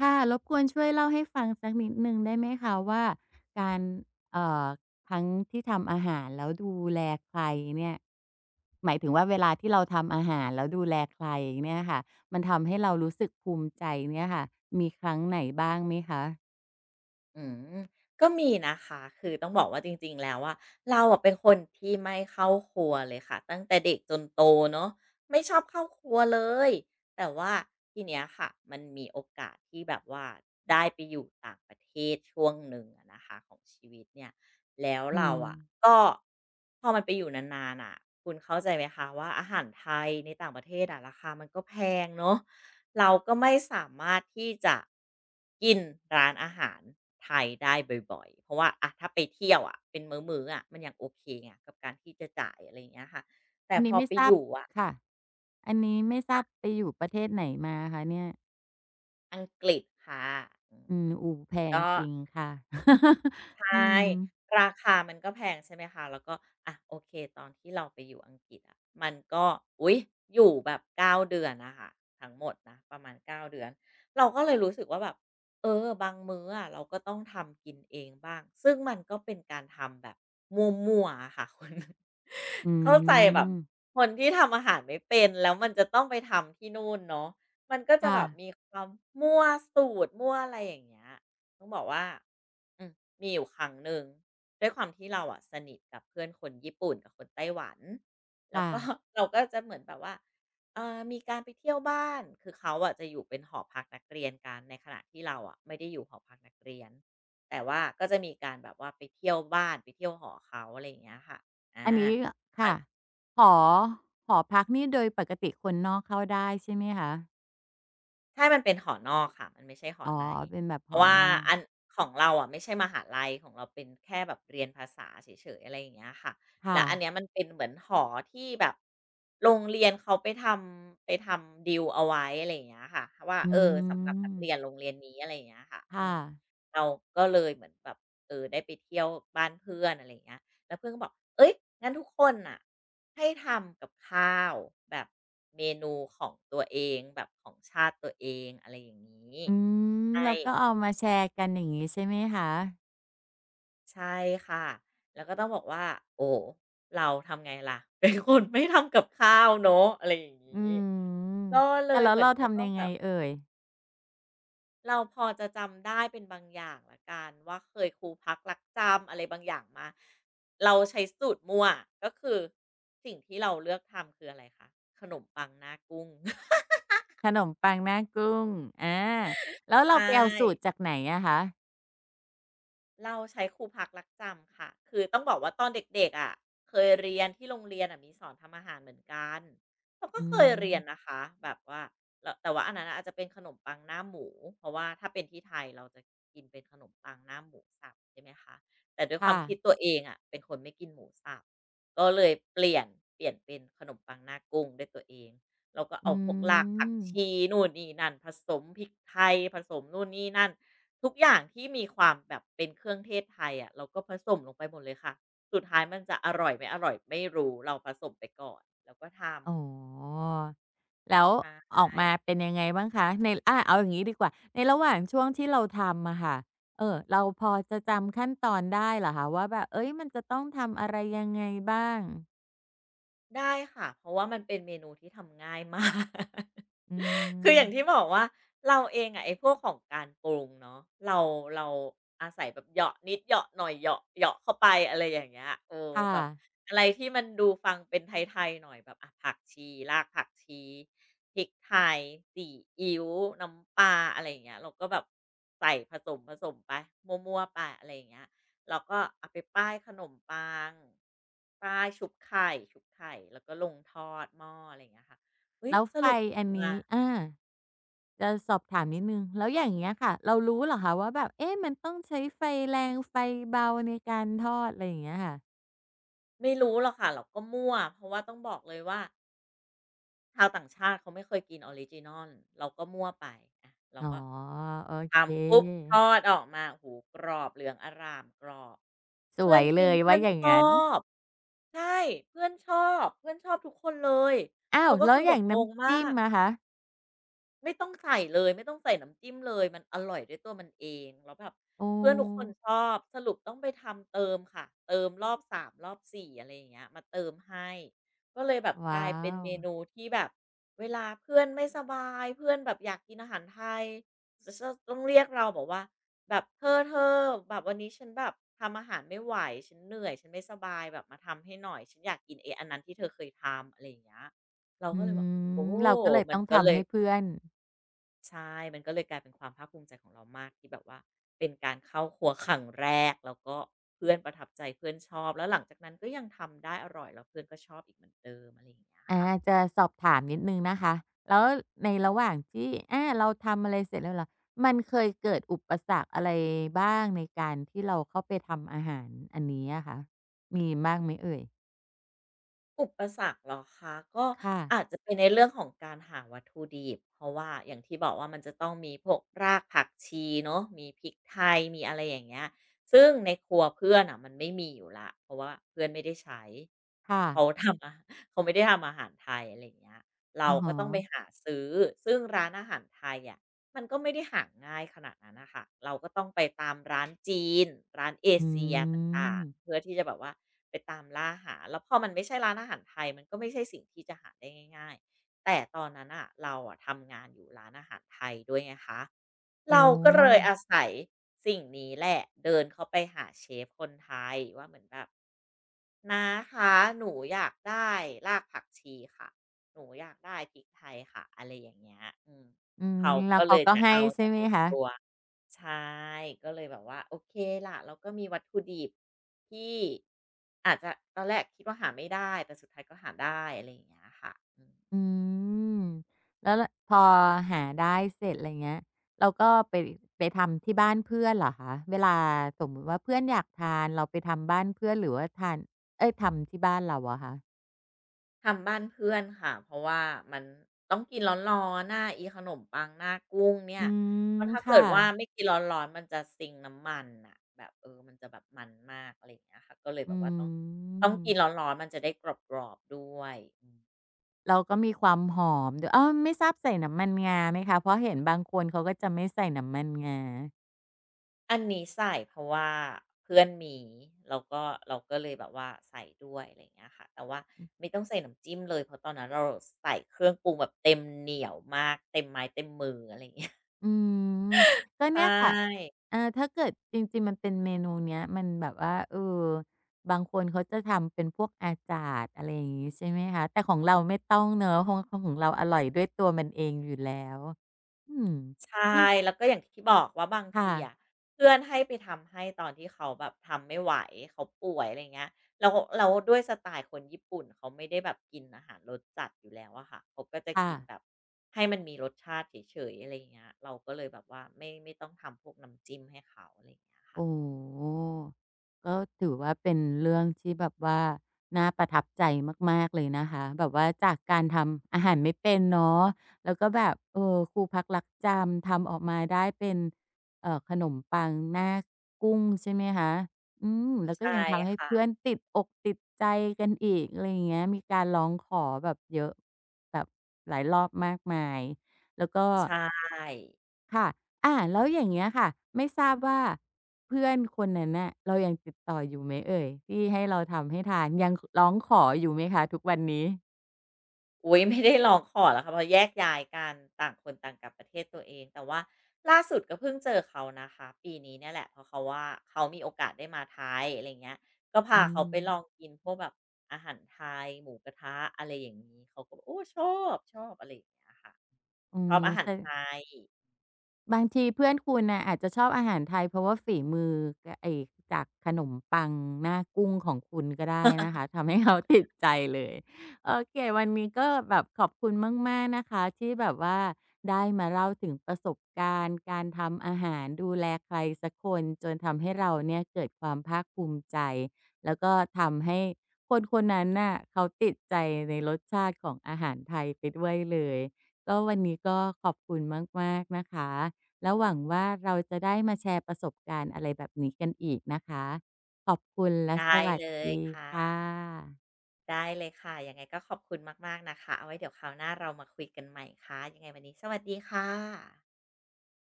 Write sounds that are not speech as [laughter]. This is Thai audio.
ค่ะรบกวนช่วยเล่าให้ฟังสักนิดหนึ่งได้ไหมคะว่าการเอ่อทั้งที่ทำอาหารแล้วดูแลใครเนี่ยหมายถึงว่าเวลาที่เราทำอาหารแล้วดูแลใครเนี่ยค่ะมันทำให้เรารู้สึกภูมิใจเนี่ยค่ะมีครั้งไหนบ้างไหมคะอืมก็มีนะคะคือต้องบอกว่าจริงๆแล้วเราอะเป็นคนที่ไม่เข้าครัวเลยค่ะตั้งแต่เด็กจนโตเนาะไม่ชอบเข้าครัวเลยแต่ว่าทีเนี้ยค่ะมันมีโอกาสที่แบบว่าได้ไปอยู่ต่างประเทศช่วงหนึ่งอะนะคะของชีวิตเนี่ยแล้วอืเรามอะก็พอมันไปอยู่นานๆน่ะคุณเข้าใจไหมคะว่าอาหารไทยในต่างประเทศอะราคามันก็แพงเนาะ เราก็ไม่สามารถที่จะกินร้านอาหารไทยได้บ่อยๆ เพราะว่าอะถ้าไปเที่ยวอะเป็นมื้อๆอะมันยังโอเคไงกับการที่จะจ่ายอะไรอย่างเงี้ยค่ะแต่อันพนี้อไม่ไปทราอบยู่อะค่ะอันนี้ไม่ทราบค่ะไปอยู่ประเทศไหนมาคะเนี่ยอังกฤษค่ะอืมอืมโอ้แพงก็ จริงค่ะ [laughs] ใชอื่มราคามันก็แพงใช่ไหมคะแล้วก็อะโอเคตอนที่เราไปอยู่อังกฤษอะมันก็อุ๊ยอยู่แบบเก้าเดือนอะค่ะทั้งหมดนะประมาณเก้าเดือนเราก็เลยรู้สึกว่าแบบเออบางมื้ออะเราก็ต้องทำกินเองบ้างซึ่งมันก็เป็นการทำแบบมั่วๆอะค่ะคุณ [laughs] อืเข้าใจแบบมคนที่ทำอาหารไม่เป็นแล้วมันจะต้องไปทำที่นู่นเนาะมันก็จะค่ะแบบมีความมั่วสูตรมั่วอะไรอย่างเงี้ยต้องบอกว่า อืมมีอยู่ครั้งหนึ่งด้วยความที่เราอะสนิทกับเพื่อนคนญี่ปุ่นกับคนไต้หวันแล้วค่ะ ก็ [laughs] เราก็จะเหมือนแบบว่ามีการไปเที่ยวบ้านคือเขาอะจะอยู่เป็นหอพักนักเรียนกันในขณะที่เราอะไม่ได้อยู่หอพักนักเรียนแต่ว่าก็จะมีการแบบว่าไปเที่ยวบ้านไปเที่ยวหอเขาอะไรอย่างเงี้ยค่ะอา อันนี้ค่ะหอหอพักนี่โดยปกติคนนอกเข้าได้ใช่ไหมคะใช่มันเป็นหอนอกค่ะมันไม่ใช่หออ๋อ ในเป็นแบบเพหอราะว่านอกอันของเราอะไม่ใช่มหาลัยของเราเป็นแค่แบบเรียนภาษาเฉยๆอะไรอย่างเงี้ยค่ะแล้ค่ะวอันเนี้ยมันเป็นเหมือนหอที่แบบโรงเรียนเขาไปทำดีลเอาไว้อะไรอย่างเงี้ยค่ะว่าอืเออสำหรับนักเรียนมโรงเรียนนี้อะไรอย่างเงี้ยค่ะอืค่ะมเราก็เลยเหมือนแบบเออได้ไปเที่ยวบ้านเพื่อนอะไรอย่างเงี้ย แล้วเพื่อนก็บอก เอ้ยงั้นทุกคนน่ะให้ทำกับข้าวแบบเมนูของตัวเองแบบของชาติตัวเองอะไรอย่างนี้อืมใช่แล้วก็เอามาแชร์กันอย่างงี้ใช่ไหมคะใช่ค่ะ แล้วก็ต้องบอกว่าโอ้เราทำไงล่ะเป็นคนไม่ทำกับข้าวเนาะอะไรอย่างนี้อืมก็เลแต่ยแล้เหวมือนเราจะต้อทำงยังแบไงบ เอ่ย เราพอจะจำได้เป็นบางอย่างละกันว่าเคยครูพักรักจำอะไรบางอย่างมาเราใช้สูตรมั่วก็คือสิ่งที่เราเลือกทำคืออะไรคะขนมปังหน้ากุ้ง [laughs] ขนมปังหน้ากุ้งอาแล้วเราใช่ ไปเอาสูตรจากไหนอะคะเราใช้ครูพักรักจำค่ะคือต้องบอกว่าตอนเด็กๆอะเคยเรียนที่โรงเรียนอะมีสอนทำอาหารเหมือนกันเราก็อืเคยเรียนนะมคะแบบว่าแล้วแต่ว่าอันนั้นอาจจะเป็นขนมปังหน้าหมูเพราะว่าถ้าเป็นที่ไทยเราจะกินเป็นขนมปังหน้าหมูสับใช่ไหมคะแต่ด้วยความค่ะที่ตัวเองอะเป็นคนไม่กินหมูสับก็เลยเปลี่ยนเป็นขนมปังหน้ากุ้งด้วยตัวเอง เราก็อืเอาพวกรากผักชีม นู่นนี่นั่นผสมพริกไทยผสมนู่นนี่นั่น ทุกอย่างที่มีความแบบเป็นเครื่องเทศไทยอะเราก็ผสมลงไปหมดเลยค่ะสุดท้ายมันจะอร่อยไม่อร่อยไม่รู้เราผสมไปก่อนแล้วก็ทำอ๋อแล้วออกใช่มาเป็นยังไงบ้างคะในอาเอาอย่างงี้ดีกว่า ในระหว่างช่วงที่เราทำอะค่ะเราพอจะจำขั้นตอนได้เหรอคะว่าแบบเฮ้ยมันจะต้องทำอะไรยังไงบ้างได้ค่ะเพราะว่ามันเป็นเมนูที่ทำง่ายมาก อืคือมอย่างที่บอกว่าเราเองอะไอ้พวกของการปรุงเนาะเราเราอาศัยแบบเหยาะนิดเหยาะหน่อยเหยาะเหยาะเข้าไปอะไรอย่างเงี้ยโอ้ค่ะแบบอะไรที่มันดูฟังเป็นไทยๆหน่อยแบบอะผักชีรากผักชีพริกไทยสีอิ๊วน้ำปลาอะไรอย่างเงี้ยเราก็แบบใส่ผสมไปมั่วๆไปอะไรอย่างเงี้ยเราก็เอาไปป้ายขนมปังป้ายชุบไข่แล้วก็ลงทอดหม้ออะไรอย่างเงี้ยค่ะเฮ้ยแล้วสไฟรุปอออักนมา นี้อาจะสอบถามนิดหนึ่งแล้วอย่างเงี้ยค่ะเรารู้เหรอคะว่าแบบเอ๊ะมันต้องใช้ไฟแรงไฟเบาในการทอดอะไรอย่างเงี้ยค่ะไม่รู้หรอกค่ะเราก็มั่วเพราะว่าต้องบอกเลยว่าชาวต่างชาติเขาไม่เคยกินออริจินัลเราก็มั่วไปอะเราอ๋อก็โอเค ทำปุ๊บทอดออกมาโอ้โฮกรอบเหลืองอร่ามกรอบสเพื่วอนยเลกินยเพื่ว่าอนอย่างชองั้น บใช่เพื่อนชอบเพื่อนชอบทุกคนเลยอ้าวเราก็แล้วคืออแบย่าบงงงน้ำมาจิ้มก อะคะไม่ต้องใส่เลยไม่ต้องใส่น้ำจิ้มเลยมันอร่อยด้วยตัวมันเองแล้วแบบโอ้เพื่อนทุกคนชอบสรุปต้องไปทำเติมค่ะเติมรอบ3รอบ4อะไรอย่างเงี้ยมาเติมให้ก็เลยแบบกว้าลายเป็นวเมนูที่แบบเวลาเพื่อนไม่สบายเพื่อนแบบอยากกินอาหารไทยจะต้องเรียกเราบอกว่าแบบเธอแบบวันนี้ฉันแบบทำอาหารไม่ไหวฉันเหนื่อยฉันไม่สบายแบบมาทำให้หน่อยฉันอยากกินไอ้อันนั้นที่เธอเคยทำอะไรอย่างเงี้ยเราอืก็เลยบอกโอ้มเราก็เลยมัต้นองก็เลทำย ให้เพื่อนใช่ มันก็เลยกลายเป็นความภาคภูมิใจของเรามากที่แบบว่าเป็นการเข้าครัวครั้งแรกแล้วก็เพื่อนประทับใจเพื่อนชอบแล้วหลังจากนั้นก็ยังทำได้อร่อยแล้วเพื่อนก็ชอบอีกเหมือนเดิมอะไรอย่างเงี้ยอาค่ะ จะสอบถามนิดหนึ่งนะคะแล้วในระหว่างที่อาเราทำอะไรเสร็จแล้วเหรอมันเคยเกิดอุปสรรคอะไรบ้างในการที่เราเข้าไปทำอาหารอันนี้อะคะมีบ้างไหมเอ่ยอุปสรรคเหรอคะก็ค่ะอาจจะเป็นในเรื่องของการหาวัตถุดิบเพราะว่าอย่างที่บอกว่ามันจะต้องมีพวกรากผักชีเนาะมีพริกไทยมีอะไรอย่างเงี้ยซึ่งในครัวเพื่อนอ่ะมันไม่มีอยู่แล้วเพราะว่าเพื่อนไม่ได้ใช้เขาค่ะทำอาเขาไม่ได้ทำอาหารไทยอะไรอย่างเงี้ยเราอะก็ฮะต้องไปหาซื้อซึ่งร้านอาหารไทยอะ มันก็ไม่ได้หาง่ายขนาดนั้นนะค่ะเราก็ต้องไปตามร้านจีนร้านเออืเชียต่ามงๆ เพื่อที่จะแบบว่าไปตามล่าหาแล้วพอมันไม่ใช่ร้านอาหารไทยมันก็ไม่ใช่สิ่งที่จะหาได้ง่ายๆ แต่ตอนนั้นอะเราอะทำงานอยู่ร้านอาหารไทยด้วยไงคะโอ้เราก็เลยออาศัยสิ่งนี้แหละเดินเข้าไปหาเชฟคนไทยว่าเหมือนแบบ น้าคะหนูอยากได้รากผักชีค่ะหนูอยากได้พริกไทยค่ะอะไรอย่างเงี้ยอืมอืมเขาแล้วก็เลเขายก็จะให้เอาใช่จากไหมในคะ ครัวใช่ก็เลยแบบว่าโอเคล่ะเราก็มีวัตถุดิบที่อาจจะตอนแรกคิดว่าหาไม่ได้แต่สุดท้ายก็หาได้อะไรอย่างเงี้ยค่ะอืม อืมแล้วละพอหาได้เสร็จอะไรเงี้ยเราก็ไปไปทำที่บ้านเพื่อนเหรอคะเวลาสมมุติว่าเพื่อนอยากทานเราไปทำบ้านเพื่อนหรือว่าทานเอ๊ยทำที่บ้านเราอะคะทำบ้านเพื่อนค่ะเพราะว่ามันต้องกินร้อนๆหน้าอีขนมปังหน้ากุ้งเนี่อืยมเพราะถ้าเกิค่ะดว่าไม่กินร้อนๆมันจะซิงน้ำมันอ่ะแบบเออมันจะแบบมันมากอะไรอย่างเงี้ยค่ะก็เลยอืแบบว่าต้องกินมร้อนๆมันจะได้กรอบๆด้วยอืมเราก็มีความหอมด้วยอ้าวไม่ทราบใส่น้ำมันงาไหมคะเพราะเห็นบางคนเขาก็จะไม่ใส่น้ำมันงา อันนี้ใส่เพราะว่าเพื่อนมีแล้วก็เราก็เลยแบบว่าใส่ด้วยอะไรอย่างเงี้ยค่ะแต่ว่าไม่ต้องใส่น้ำจิ้มเลยเพราะตอนนั้นเราใส่เครื่องปรุงแบบเต็มเหนียวมากเต็มไม้เต็มมืออะไรอย่างเงี้ย [laughs] อืมก็ใชเนี่ยค่ะ่ เออถ้าเกิดจริงๆมันเป็นเมนูเนี้ยมันแบบว่าเออบางคนเขาจะทำเป็นพวกอาจาดอะไรอย่างงี้ใช่ไหมคะแต่ของเราไม่ต้องเนาะของของเราอร่อยด้วยตัวมันเองอยู่แล้วอืมใช่นี่แล้วก็อย่างที่บอกว่าบางทีอะค่ะเพื่อนให้ไปทำให้ตอนที่เขาแบบทำไม่ไหวเขาป่วยอะไรเงี้ยแล้วแล้วด้วยสไตล์คนญี่ปุ่นเขาไม่ได้แบบกินอาหารรสจัดอยู่แล้วอะค่ะเขาก็จะค่ะ กินแบบให้มันมีรสชาติเฉยๆอะไรอย่างเงี้ยเราก็เลยแบบว่าไม่ต้องทำพวกน้ำจิ้มให้เขาอะไรอย่างเงี้ยค่ะโอ้โฮก็ถือว่าเป็นเรื่องที่แบบว่าน่าประทับใจมากๆเลยนะคะแบบว่าจากการทำอาหารไม่เป็นเนาะแล้วก็แบบเออครูพักรักจำทำออกมาได้เป็นขนมปังหน้ากุ้งใช่ไหมคะอืมแล้วก็ใช่ยังทำให้ค่ะเพื่อนติดอกติดใจกันอีกอะไรอย่างเงี้ยมีการร้องขอแบบเยอะแบบหลายรอบมากมายแล้วก็ ใช่ ค่ะอาแล้วอย่างเงี้ยค่ะ ไม่ทราบว่าเพื่อนคนนั้นน่ะเรายังติดต่ออยู่ไหมเอ่ย ที่ให้เราทำให้ทานยังขร้องขออยู่ไหมคะทุกวันนี้อุ๊ยไม่ได้ร้องขอแล้วค่ะเพราะแยกย้ายกันต่างคนต่างกลับประเทศตัวเองแต่ว่าล่าสุดก็เพิ่งเจอเขานะคะปีนี้เนี่ยแหละเพราะเขาว่าเขามีโอกาสได้มาไทยอะไรอย่างเงี้ยก็อืพาเขามไปลองกินพวกแบบอาหารไทยหมูกระทะอะไรอย่างงี้เขาก็บอกโอ้ชอบชอบอะไรอย่างเงี้ยค่ะอ๋อชอบอาหาแสรไทด ย บางทีเพื่อนคุณน่ะอาจจะชอบอาหารไทยเพราะว่าฝีมือกไอ้จากขนมปังหน้ากุ้งของคุณก็ได้นะ [laughs] คะทำให้เขาติดใจเลยโอเควันนี้ก็แบบขอบคุณมากๆนะคะที่แบบว่าได้มาเล่าถึงประสบการณ์การทำอาหารดูแลใครสักคนจนทำให้เราเนี่ยเกิดความภาคภูมิใจแล้วก็ทำให้คนคนนั้นน่ะเขาติดใจในรสชาติของอาหารไทยไปด้วยเลยก็วันนี้ก็ขอบคุณมากๆนะคะ แล้วหวังว่าเราจะได้มาแชร์ประสบการณ์อะไรแบบนี้กันอีกนะคะขอบคุณและสได้วัสเลยดีค่ค่ะะได้เลยค่ะยังไงก็ขอบคุณมากๆนะคะเอาไว้เดี๋ยวคราวหน้าเรามาคุยกันใหม่ค่ะยังไงวันนี้สวัสดีค่ะ